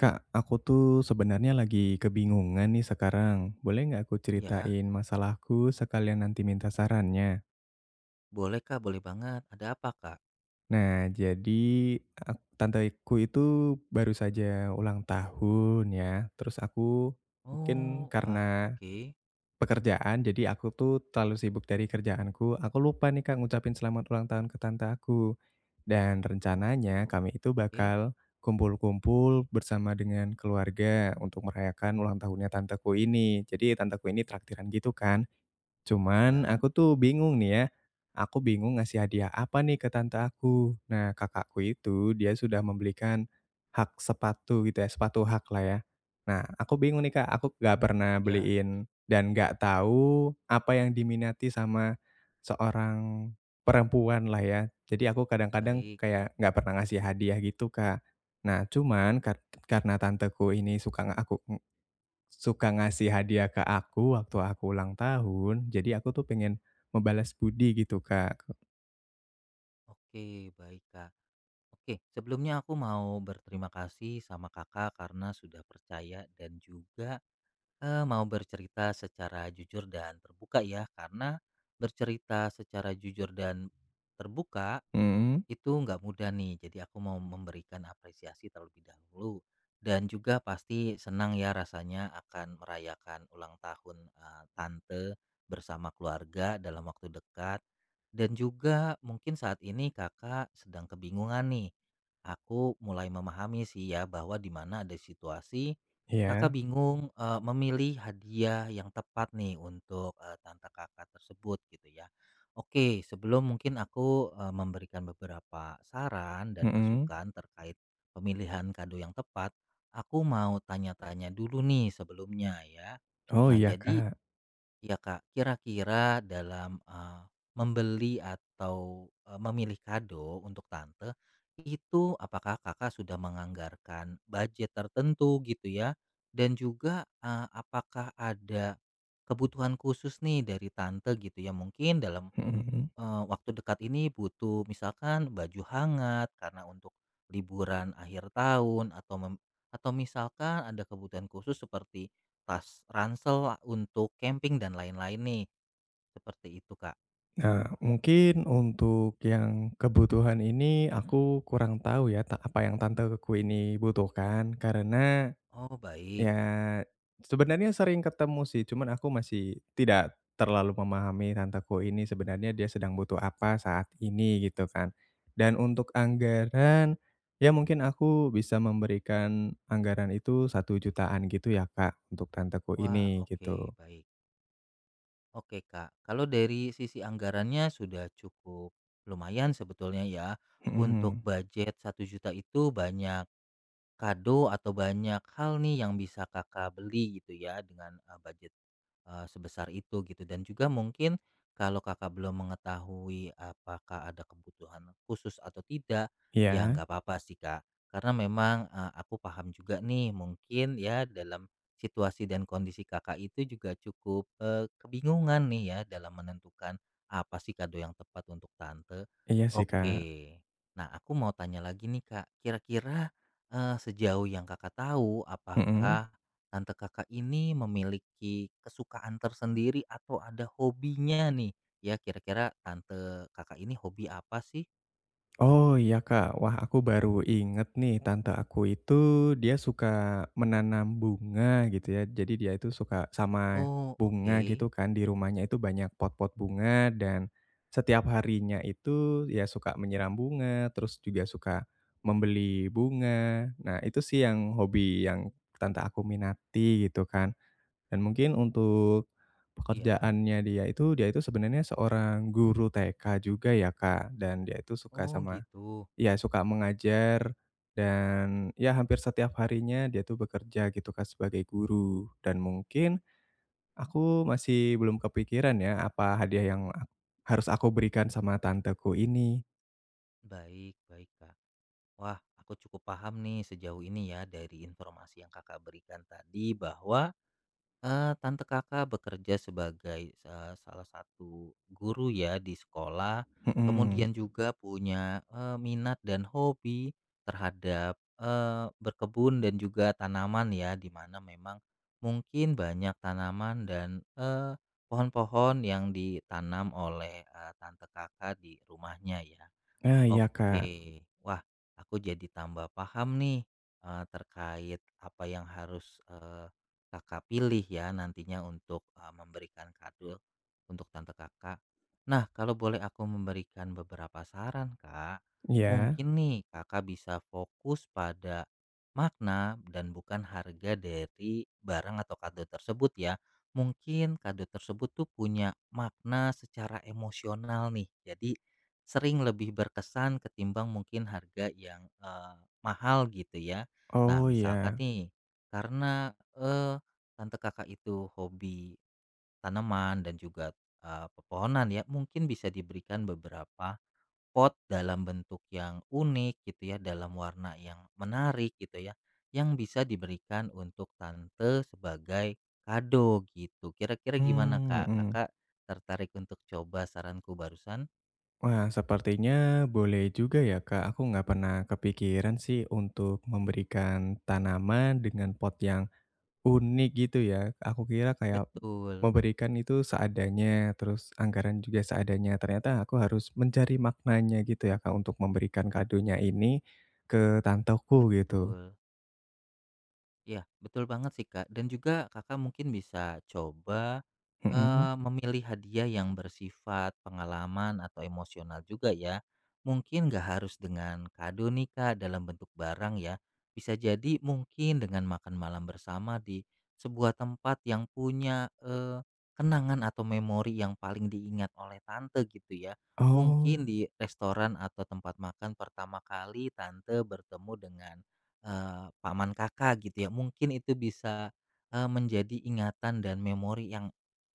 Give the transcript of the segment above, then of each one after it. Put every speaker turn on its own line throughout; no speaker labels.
Kak, aku tuh sebenarnya lagi kebingungan nih sekarang. Boleh nggak aku
Iya,
ceritain masalahku sekalian nanti minta sarannya?
boleh Kak, boleh banget. Ada apa Kak?
Nah, jadi tanteku itu baru saja ulang tahun ya. Terus aku mungkin
Oh, wah
karena
oke.
pekerjaan, jadi aku tuh terlalu sibuk dari kerjaanku, aku lupa nih Kak ngucapin selamat ulang tahun ke tante aku. Dan rencananya
Waduh,
kami itu
oke.
bakal kumpul-kumpul bersama dengan keluarga untuk merayakan ulang tahunnya tanteku ini. Jadi tanteku ini traktiran gitu kan. Cuman
Iya,
aku tuh bingung nih ya, aku bingung ngasih hadiah apa nih ke tante aku. Nah, kakakku itu dia sudah membelikan hak sepatu gitu ya, sepatu hak lah ya. Nah, aku bingung nih Kak, aku gak pernah
iya.
beliin dan gak tahu apa yang diminati sama seorang perempuan lah ya. Jadi aku kadang-kadang
Baik.
kayak gak pernah ngasih hadiah gitu Kak. Nah, cuman karena tanteku ini suka nggak aku suka ngasih hadiah ke aku waktu aku ulang tahun, jadi aku tuh pengen membalas budi gitu, Kak.
Oke, baik Kak. Oke, sebelumnya aku mau berterima kasih sama Kakak karena sudah percaya dan juga mau bercerita secara jujur dan terbuka ya. Karena bercerita secara jujur dan terbuka
Mhm,
itu nggak mudah nih. Jadi aku mau memberikan apresiasi terlebih dahulu dan juga pasti senang ya rasanya akan merayakan ulang tahun tante bersama keluarga dalam waktu dekat. Dan juga mungkin saat ini kakak sedang kebingungan nih. Aku mulai memahami sih ya bahwa di mana ada situasi kakak
iya,
bingung memilih hadiah yang tepat nih untuk tante kakak tersebut gitu ya. Oke, sebelum mungkin aku memberikan beberapa saran dan
mhm.
masukan terkait pemilihan kado yang tepat, aku mau tanya-tanya dulu nih sebelumnya ya.
Oh,
Nah,
iya,
jadi
Kak,
ya Kak, kira-kira dalam membeli atau memilih kado untuk tante itu apakah Kakak sudah menganggarkan budget tertentu gitu ya? Dan juga apakah ada kebutuhan khusus nih dari tante gitu ya mungkin dalam
mhm mhm.
Waktu dekat ini butuh misalkan baju hangat karena untuk liburan akhir tahun atau misalkan ada kebutuhan khusus seperti tas ransel untuk camping dan lain-lain nih, seperti itu, Kak.
Nah, mungkin untuk yang kebutuhan ini aku kurang tahu ya apa yang tanteku ini butuhkan, karena
Oh, baik.
ya, sebenarnya sering ketemu sih, cuman aku masih tidak terlalu memahami tanteku ini sebenarnya dia sedang butuh apa saat ini gitu kan. Dan untuk anggaran, ya mungkin aku bisa memberikan anggaran itu satu jutaan gitu ya Kak, untuk tanteku
Wah,
ini
oke,
gitu.
baik. Oke, Kak. Kalau dari sisi anggarannya sudah cukup lumayan sebetulnya ya, untuk
Mhm.
budget satu juta itu banyak kado atau banyak hal nih yang bisa Kakak beli gitu ya dengan, budget sebesar itu gitu dan juga mungkin kalau Kakak belum mengetahui apakah ada kebutuhan khusus atau tidak, ya
Iya,
nggak apa-apa sih, Kak. Karena memang, aku paham juga nih mungkin ya dalam situasi dan kondisi Kakak itu juga cukup, kebingungan nih ya dalam menentukan apa sih kado yang tepat untuk tante.
iya sih
Oke.
Kak.
Nah aku mau tanya lagi nih, Kak, kira-kira, sejauh yang Kakak tahu
Mhm.
apakah tante Kakak ini memiliki kesukaan tersendiri atau ada hobinya nih? Ya kira-kira tante Kakak ini hobi apa sih?
Oh iya Kak, wah aku baru inget nih tante aku itu dia suka menanam bunga gitu ya. Jadi dia itu suka sama
Oh oke.
bunga gitu kan di rumahnya itu banyak pot-pot bunga dan setiap harinya itu ya suka menyiram bunga, terus juga suka membeli bunga. Nah, itu sih yang hobi yang tante aku minati gitu kan. Dan mungkin untuk
Iya.
pekerjaannya dia itu sebenarnya seorang guru TK juga ya Kak dan dia itu suka
Oh
sama
gitu.
ya suka mengajar dan ya hampir setiap harinya dia tuh bekerja gitu kan sebagai guru dan mungkin aku masih belum kepikiran ya apa hadiah yang harus aku berikan sama tanteku ini.
Baik, baik Kak. Wah, aku cukup paham nih sejauh ini ya dari informasi yang Kakak berikan tadi bahwa tante Kakak bekerja sebagai, salah satu guru ya di sekolah,
Mhm.
kemudian juga punya, minat dan hobi terhadap, berkebun dan juga tanaman ya, di mana memang mungkin banyak tanaman dan, pohon-pohon yang ditanam oleh, tante Kakak di rumahnya ya.
Ah, iya Kak.
Oke. Wah, aku jadi tambah paham nih, terkait apa yang harus, Kakak pilih ya nantinya untuk, memberikan kado untuk tante Kakak. Nah, kalau boleh aku memberikan beberapa saran, Kak,
Ya.
mungkin nih Kakak bisa fokus pada makna dan bukan harga dari barang atau kado tersebut ya. Mungkin kado tersebut tuh punya makna secara emosional nih, jadi sering lebih berkesan ketimbang mungkin harga yang, mahal gitu ya. Nah
Oh,
misalkan
iya.
nih, karena, tante Kakak itu hobi tanaman dan juga, pepohonan ya, mungkin bisa diberikan beberapa pot dalam bentuk yang unik gitu ya, dalam warna yang menarik gitu ya, yang bisa diberikan untuk tante sebagai kado gitu. Kira-kira gimana Kak?
Mhm.
Kakak tertarik untuk coba saranku barusan?
Wah, sepertinya boleh juga ya Kak, aku nggak pernah kepikiran sih untuk memberikan tanaman dengan pot yang unik gitu ya. Aku kira kayak
Betul.
memberikan itu seadanya, terus anggaran juga seadanya. Ternyata aku harus mencari maknanya gitu ya, Kak, untuk memberikan kadonya ini ke tanteku gitu.
Betul. Ya, betul banget sih, Kak. Dan juga Kakak mungkin bisa coba,
Mhm.
memilih hadiah yang bersifat pengalaman atau emosional juga ya. Mungkin nggak harus dengan kado nih, Kak, dalam bentuk barang ya. Bisa jadi mungkin dengan makan malam bersama di sebuah tempat yang punya, kenangan atau memori yang paling diingat oleh tante gitu ya. Mungkin
Oh,
di restoran atau tempat makan pertama kali tante bertemu dengan paman Kakak gitu ya, mungkin itu bisa, menjadi ingatan dan memori yang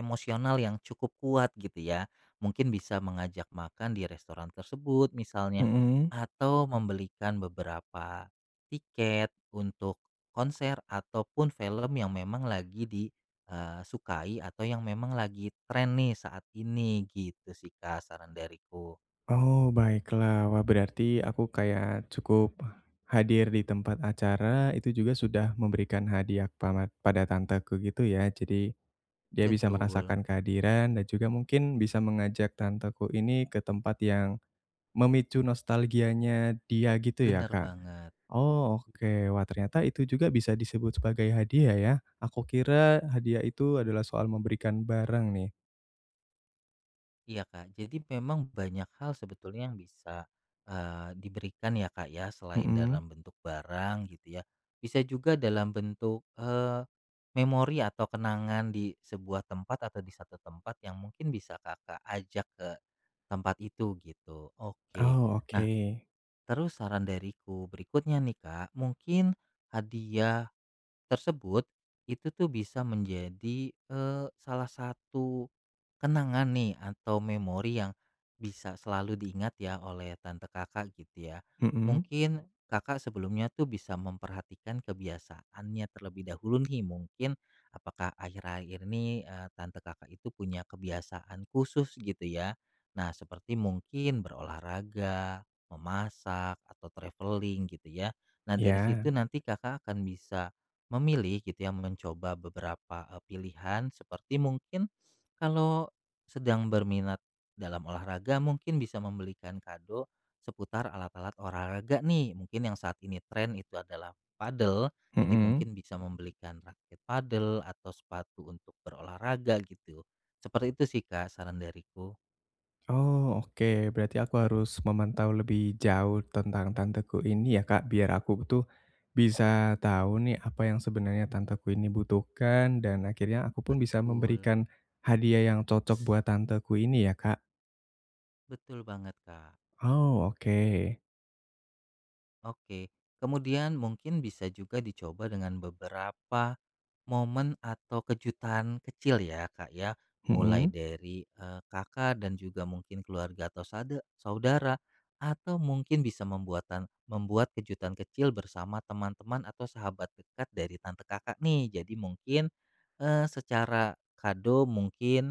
emosional yang cukup kuat gitu ya. Mungkin bisa mengajak makan di restoran tersebut misalnya,
mhm.
atau membelikan beberapa tiket untuk konser ataupun film yang memang lagi disukai atau yang memang lagi tren nih saat ini gitu sih Kak, saran dariku.
Oh, baiklah. Wah, berarti aku kayak cukup hadir di tempat acara, itu juga sudah memberikan hadiah pama pada tanteku gitu ya. Jadi dia bisa
Betul,
merasakan kehadiran dan juga mungkin bisa mengajak tanteku ini ke tempat yang memicu nostalgianya dia gitu ya,
benar
Kak?
banget.
Oh, oke. Wah, ternyata itu juga bisa disebut sebagai hadiah ya. Aku kira hadiah itu adalah soal memberikan barang nih.
Iya Kak, jadi memang banyak hal sebetulnya yang bisa diberikan ya Kak ya, selain
Mhm.
dalam bentuk barang gitu ya, bisa juga dalam bentuk memori atau kenangan di sebuah tempat atau di satu tempat yang mungkin bisa Kakak ajak ke tempat itu gitu. Oke,
Oh,
nah
oke.
terus saran dariku berikutnya nih Kak, mungkin hadiah tersebut, itu tuh bisa menjadi, salah satu kenangan nih atau memori yang bisa selalu diingat ya oleh tante Kakak gitu ya.
Mhm.
Mungkin Kakak sebelumnya tuh bisa memperhatikan kebiasaannya terlebih dahulu nih mungkin apakah akhir-akhir ini, tante Kakak itu punya kebiasaan khusus gitu ya. Nah seperti mungkin berolahraga, memasak, atau traveling gitu ya. Nah dari
Iya.
situ nanti Kakak akan bisa memilih gitu ya, mencoba beberapa, pilihan seperti mungkin kalau sedang berminat dalam olahraga mungkin bisa membelikan kado seputar alat-alat olahraga nih, mungkin yang saat ini tren itu adalah padel, jadi
Mhm.
mungkin bisa membelikan raket padel atau sepatu untuk berolahraga gitu. Seperti itu sih, Kak, saran dariku.
Oh, oke. Berarti aku harus memantau lebih jauh tentang tanteku ini ya, Kak, biar aku tuh bisa tahu nih apa yang sebenarnya tanteku ini butuhkan dan akhirnya aku pun bisa
Betul,
memberikan hadiah yang cocok buat tanteku ini ya, Kak?
betul banget, Kak.
Oh, oke.
Oke, kemudian mungkin bisa juga dicoba dengan beberapa momen atau kejutan kecil ya, Kak, ya. Mulai
Mhm.
dari, Kakak dan juga mungkin keluarga atau saudara, atau mungkin bisa membuat kejutan kecil bersama teman-teman atau sahabat dekat dari tante Kakak nih. Jadi mungkin, secara kado mungkin,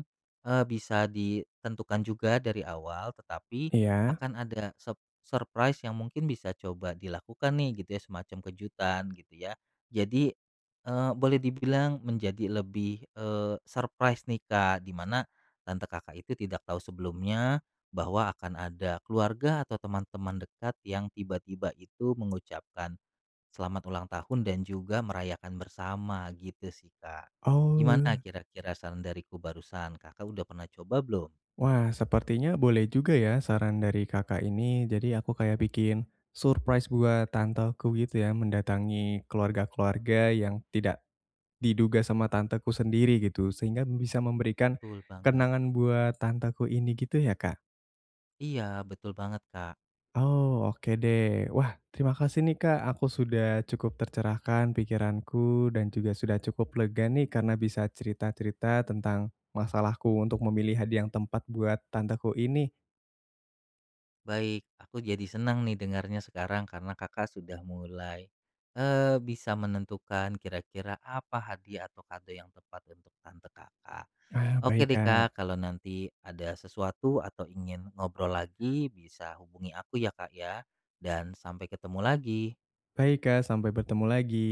bisa ditentukan juga dari awal, tetapi
Iya.
akan ada surprise yang mungkin bisa coba dilakukan nih gitu ya, semacam kejutan gitu ya. Jadi boleh dibilang menjadi lebih, surprise nih, Kak, di mana tante Kakak itu tidak tahu sebelumnya bahwa akan ada keluarga atau teman-teman dekat yang tiba-tiba itu mengucapkan selamat ulang tahun dan juga merayakan bersama gitu sih, Kak. Gimana
Oh.
kira-kira saran dariku barusan, Kakak udah pernah coba belum?
Wah, sepertinya boleh juga ya saran dari Kakak ini. Jadi aku kayak bikin surprise buat tanteku gitu ya, mendatangi keluarga-keluarga yang tidak diduga sama tanteku sendiri gitu, sehingga bisa memberikan
Betul banget.
kenangan buat tanteku ini gitu ya, Kak?
Iya, betul banget, Kak.
Oh, oke deh. Wah, terima kasih nih Kak, aku sudah cukup tercerahkan pikiranku dan juga sudah cukup lega nih karena bisa cerita-cerita tentang masalahku untuk memilih hadiah yang tempat buat tanteku ini.
Baik, aku jadi senang nih dengarnya sekarang karena Kakak sudah mulai bisa menentukan kira-kira apa hadiah atau kado yang tepat untuk tante Kakak.
Ah,
Oke
baik
deh
Kak.
Kak, kalau nanti ada sesuatu atau ingin ngobrol lagi bisa hubungi aku ya Kak ya, dan sampai ketemu lagi.
Baik Kak, sampai bertemu lagi.